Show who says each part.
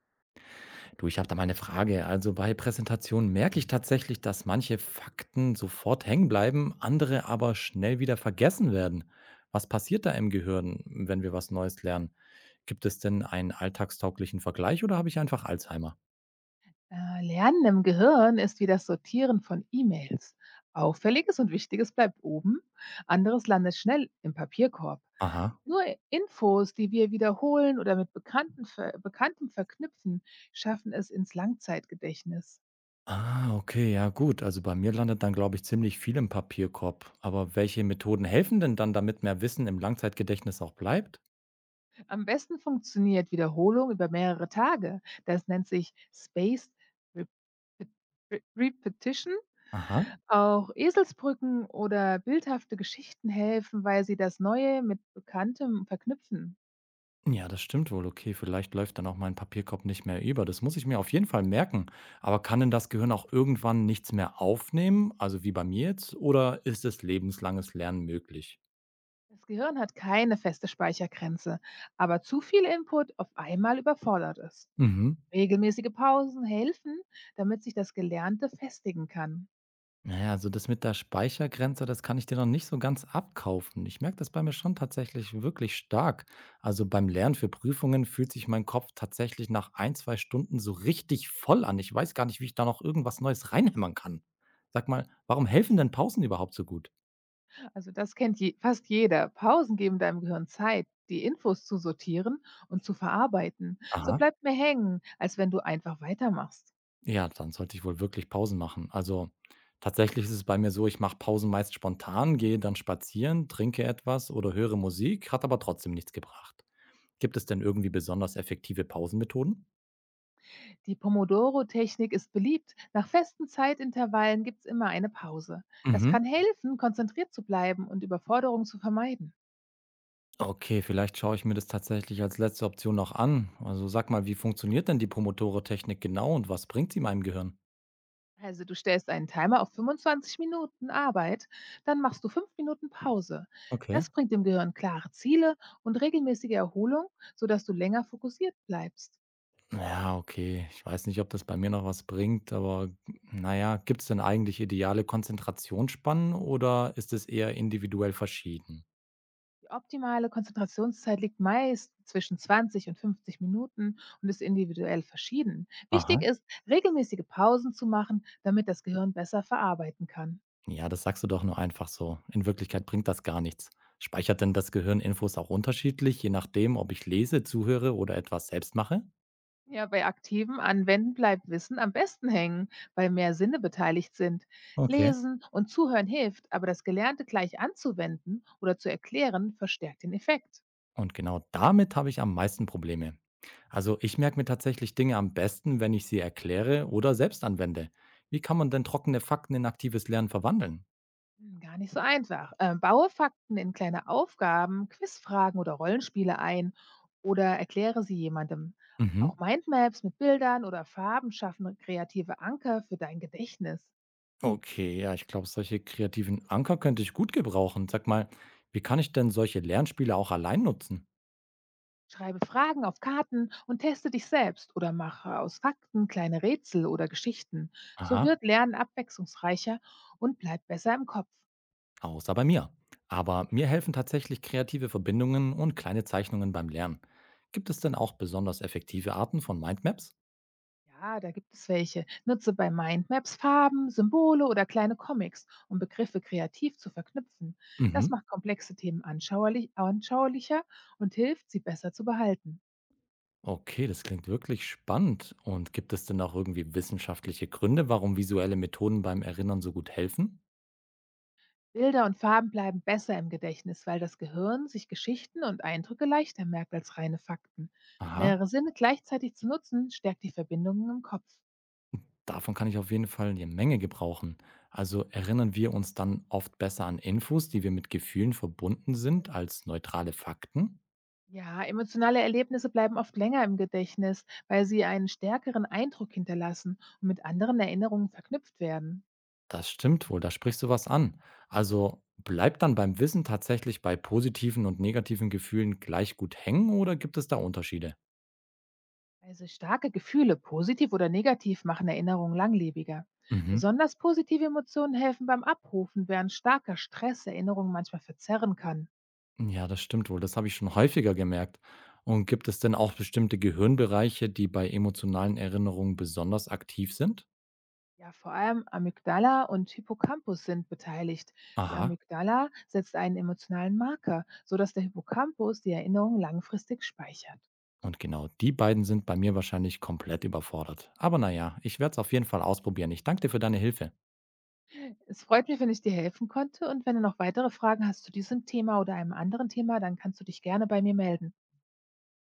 Speaker 1: Du, ich habe da mal eine Frage. Also bei Präsentationen merke ich tatsächlich, dass manche Fakten sofort hängen bleiben, andere aber schnell wieder vergessen werden. Was passiert da im Gehirn, wenn wir was Neues lernen? Gibt es denn einen alltagstauglichen Vergleich oder habe ich einfach Alzheimer?
Speaker 2: Lernen im Gehirn ist wie das Sortieren von E-Mails. Auffälliges und Wichtiges bleibt oben, anderes landet schnell im Papierkorb.
Speaker 1: Aha.
Speaker 2: Nur Infos, die wir wiederholen oder mit Bekanntem verknüpfen, schaffen es ins Langzeitgedächtnis.
Speaker 1: Ah, okay, ja gut. Also bei mir landet dann, glaube ich, ziemlich viel im Papierkorb. Aber welche Methoden helfen denn dann, damit mehr Wissen im Langzeitgedächtnis auch bleibt?
Speaker 2: Am besten funktioniert Wiederholung über mehrere Tage. Das nennt sich Spaced Rep- Re- Repetition.
Speaker 1: Aha.
Speaker 2: Auch Eselsbrücken oder bildhafte Geschichten helfen, weil sie das Neue mit Bekanntem verknüpfen.
Speaker 1: Ja, das stimmt wohl. Okay, vielleicht läuft dann auch mein Papierkorb nicht mehr über. Das muss ich mir auf jeden Fall merken. Aber kann denn das Gehirn auch irgendwann nichts mehr aufnehmen? Also wie bei mir jetzt? Oder ist es lebenslanges Lernen möglich?
Speaker 2: Das Gehirn hat keine feste Speichergrenze, aber zu viel Input auf einmal überfordert es.
Speaker 1: Mhm.
Speaker 2: Regelmäßige Pausen helfen, damit sich das Gelernte festigen kann.
Speaker 1: Naja, also das mit der Speichergrenze, das kann ich dir noch nicht so ganz abkaufen. Ich merke das bei mir schon tatsächlich wirklich stark. Also beim Lernen für Prüfungen fühlt sich mein Kopf tatsächlich nach ein, zwei Stunden so richtig voll an. Ich weiß gar nicht, wie ich da noch irgendwas Neues reinhämmern kann. Sag mal, warum helfen denn Pausen überhaupt so gut?
Speaker 2: Also das fast jeder. Pausen geben deinem Gehirn Zeit, die Infos zu sortieren und zu verarbeiten. So
Speaker 1: Aha.
Speaker 2: bleibt mehr hängen, als wenn du einfach weitermachst.
Speaker 1: Ja, dann sollte ich wohl wirklich Pausen machen. Also tatsächlich ist es bei mir so, ich mache Pausen meist spontan, gehe dann spazieren, trinke etwas oder höre Musik, hat aber trotzdem nichts gebracht. Gibt es denn irgendwie besonders effektive Pausenmethoden?
Speaker 2: Die Pomodoro-Technik ist beliebt. Nach festen Zeitintervallen gibt es immer eine Pause. Das
Speaker 1: Mhm.
Speaker 2: kann helfen, konzentriert zu bleiben und Überforderung zu vermeiden.
Speaker 1: Okay, vielleicht schaue ich mir das tatsächlich als letzte Option noch an. Also sag mal, wie funktioniert denn die Pomodoro-Technik genau und was bringt sie meinem Gehirn?
Speaker 2: Also du stellst einen Timer auf 25 Minuten Arbeit, dann machst du 5 Minuten Pause.
Speaker 1: Okay.
Speaker 2: Das bringt dem Gehirn klare Ziele und regelmäßige Erholung, sodass du länger fokussiert bleibst.
Speaker 1: Ja, okay. Ich weiß nicht, ob das bei mir noch was bringt, aber na ja, es denn eigentlich ideale Konzentrationsspannen oder ist es eher individuell verschieden?
Speaker 2: Die optimale Konzentrationszeit liegt meist zwischen 20 und 50 Minuten und ist individuell verschieden. Wichtig
Speaker 1: Aha.
Speaker 2: ist, regelmäßige Pausen zu machen, damit das Gehirn besser verarbeiten kann.
Speaker 1: Ja, das sagst du doch nur einfach so. In Wirklichkeit bringt das gar nichts. Speichert denn das Gehirn Infos auch unterschiedlich, je nachdem, ob ich lese, zuhöre oder etwas selbst mache?
Speaker 2: Ja, bei aktivem Anwenden bleibt Wissen am besten hängen, weil mehr Sinne beteiligt sind.
Speaker 1: Okay.
Speaker 2: Lesen und Zuhören hilft, aber das Gelernte gleich anzuwenden oder zu erklären, verstärkt den Effekt.
Speaker 1: Und genau damit habe ich am meisten Probleme. Also ich merke mir tatsächlich Dinge am besten, wenn ich sie erkläre oder selbst anwende. Wie kann man denn trockene Fakten in aktives Lernen verwandeln?
Speaker 2: Hm, gar nicht so einfach. Baue Fakten in kleine Aufgaben, Quizfragen oder Rollenspiele ein oder erkläre sie jemandem.
Speaker 1: Mhm.
Speaker 2: Auch Mindmaps mit Bildern oder Farben schaffen kreative Anker für dein Gedächtnis.
Speaker 1: Okay, ja, ich glaube, solche kreativen Anker könnte ich gut gebrauchen. Sag mal, wie kann ich denn solche Lernspiele auch allein nutzen?
Speaker 2: Schreibe Fragen auf Karten und teste dich selbst oder mache aus Fakten kleine Rätsel oder Geschichten. So
Speaker 1: Aha.
Speaker 2: wird Lernen abwechslungsreicher und bleibt besser im Kopf.
Speaker 1: Außer bei mir. Aber mir helfen tatsächlich kreative Verbindungen und kleine Zeichnungen beim Lernen. Gibt es denn auch besonders effektive Arten von Mindmaps?
Speaker 2: Ja, da gibt es welche. Nutze bei Mindmaps Farben, Symbole oder kleine Comics, um Begriffe kreativ zu verknüpfen. Das
Speaker 1: Mhm.
Speaker 2: macht komplexe Themen anschaulicher und hilft, sie besser zu behalten.
Speaker 1: Okay, das klingt wirklich spannend. Und gibt es denn auch irgendwie wissenschaftliche Gründe, warum visuelle Methoden beim Erinnern so gut helfen?
Speaker 2: Bilder und Farben bleiben besser im Gedächtnis, weil das Gehirn sich Geschichten und Eindrücke leichter merkt als reine Fakten.
Speaker 1: Aha.
Speaker 2: Mehrere Sinne gleichzeitig zu nutzen, stärkt die Verbindungen im Kopf.
Speaker 1: Davon kann ich auf jeden Fall eine Menge gebrauchen. Also, erinnern wir uns dann oft besser an Infos, die wir mit Gefühlen verbunden sind, als neutrale Fakten?
Speaker 2: Ja, emotionale Erlebnisse bleiben oft länger im Gedächtnis, weil sie einen stärkeren Eindruck hinterlassen und mit anderen Erinnerungen verknüpft werden.
Speaker 1: Das stimmt wohl, da sprichst du was an. Also, bleibt dann beim Wissen tatsächlich bei positiven und negativen Gefühlen gleich gut hängen oder gibt es da Unterschiede?
Speaker 2: Also starke Gefühle, positiv oder negativ, machen Erinnerungen langlebiger.
Speaker 1: Mhm.
Speaker 2: Besonders positive Emotionen helfen beim Abrufen, während starker Stress Erinnerungen manchmal verzerren kann.
Speaker 1: Ja, das stimmt wohl. Das habe ich schon häufiger gemerkt. Und gibt es denn auch bestimmte Gehirnbereiche, die bei emotionalen Erinnerungen besonders aktiv sind?
Speaker 2: Ja, vor allem Amygdala und Hippocampus sind beteiligt. Die
Speaker 1: Aha.
Speaker 2: Amygdala setzt einen emotionalen Marker, sodass der Hippocampus die Erinnerung langfristig speichert.
Speaker 1: Und genau die beiden sind bei mir wahrscheinlich komplett überfordert. Aber na ja, ich werde es auf jeden Fall ausprobieren. Ich danke dir für deine Hilfe.
Speaker 2: Es freut mich, wenn ich dir helfen konnte, und wenn du noch weitere Fragen hast zu diesem Thema oder einem anderen Thema, dann kannst du dich gerne bei mir melden.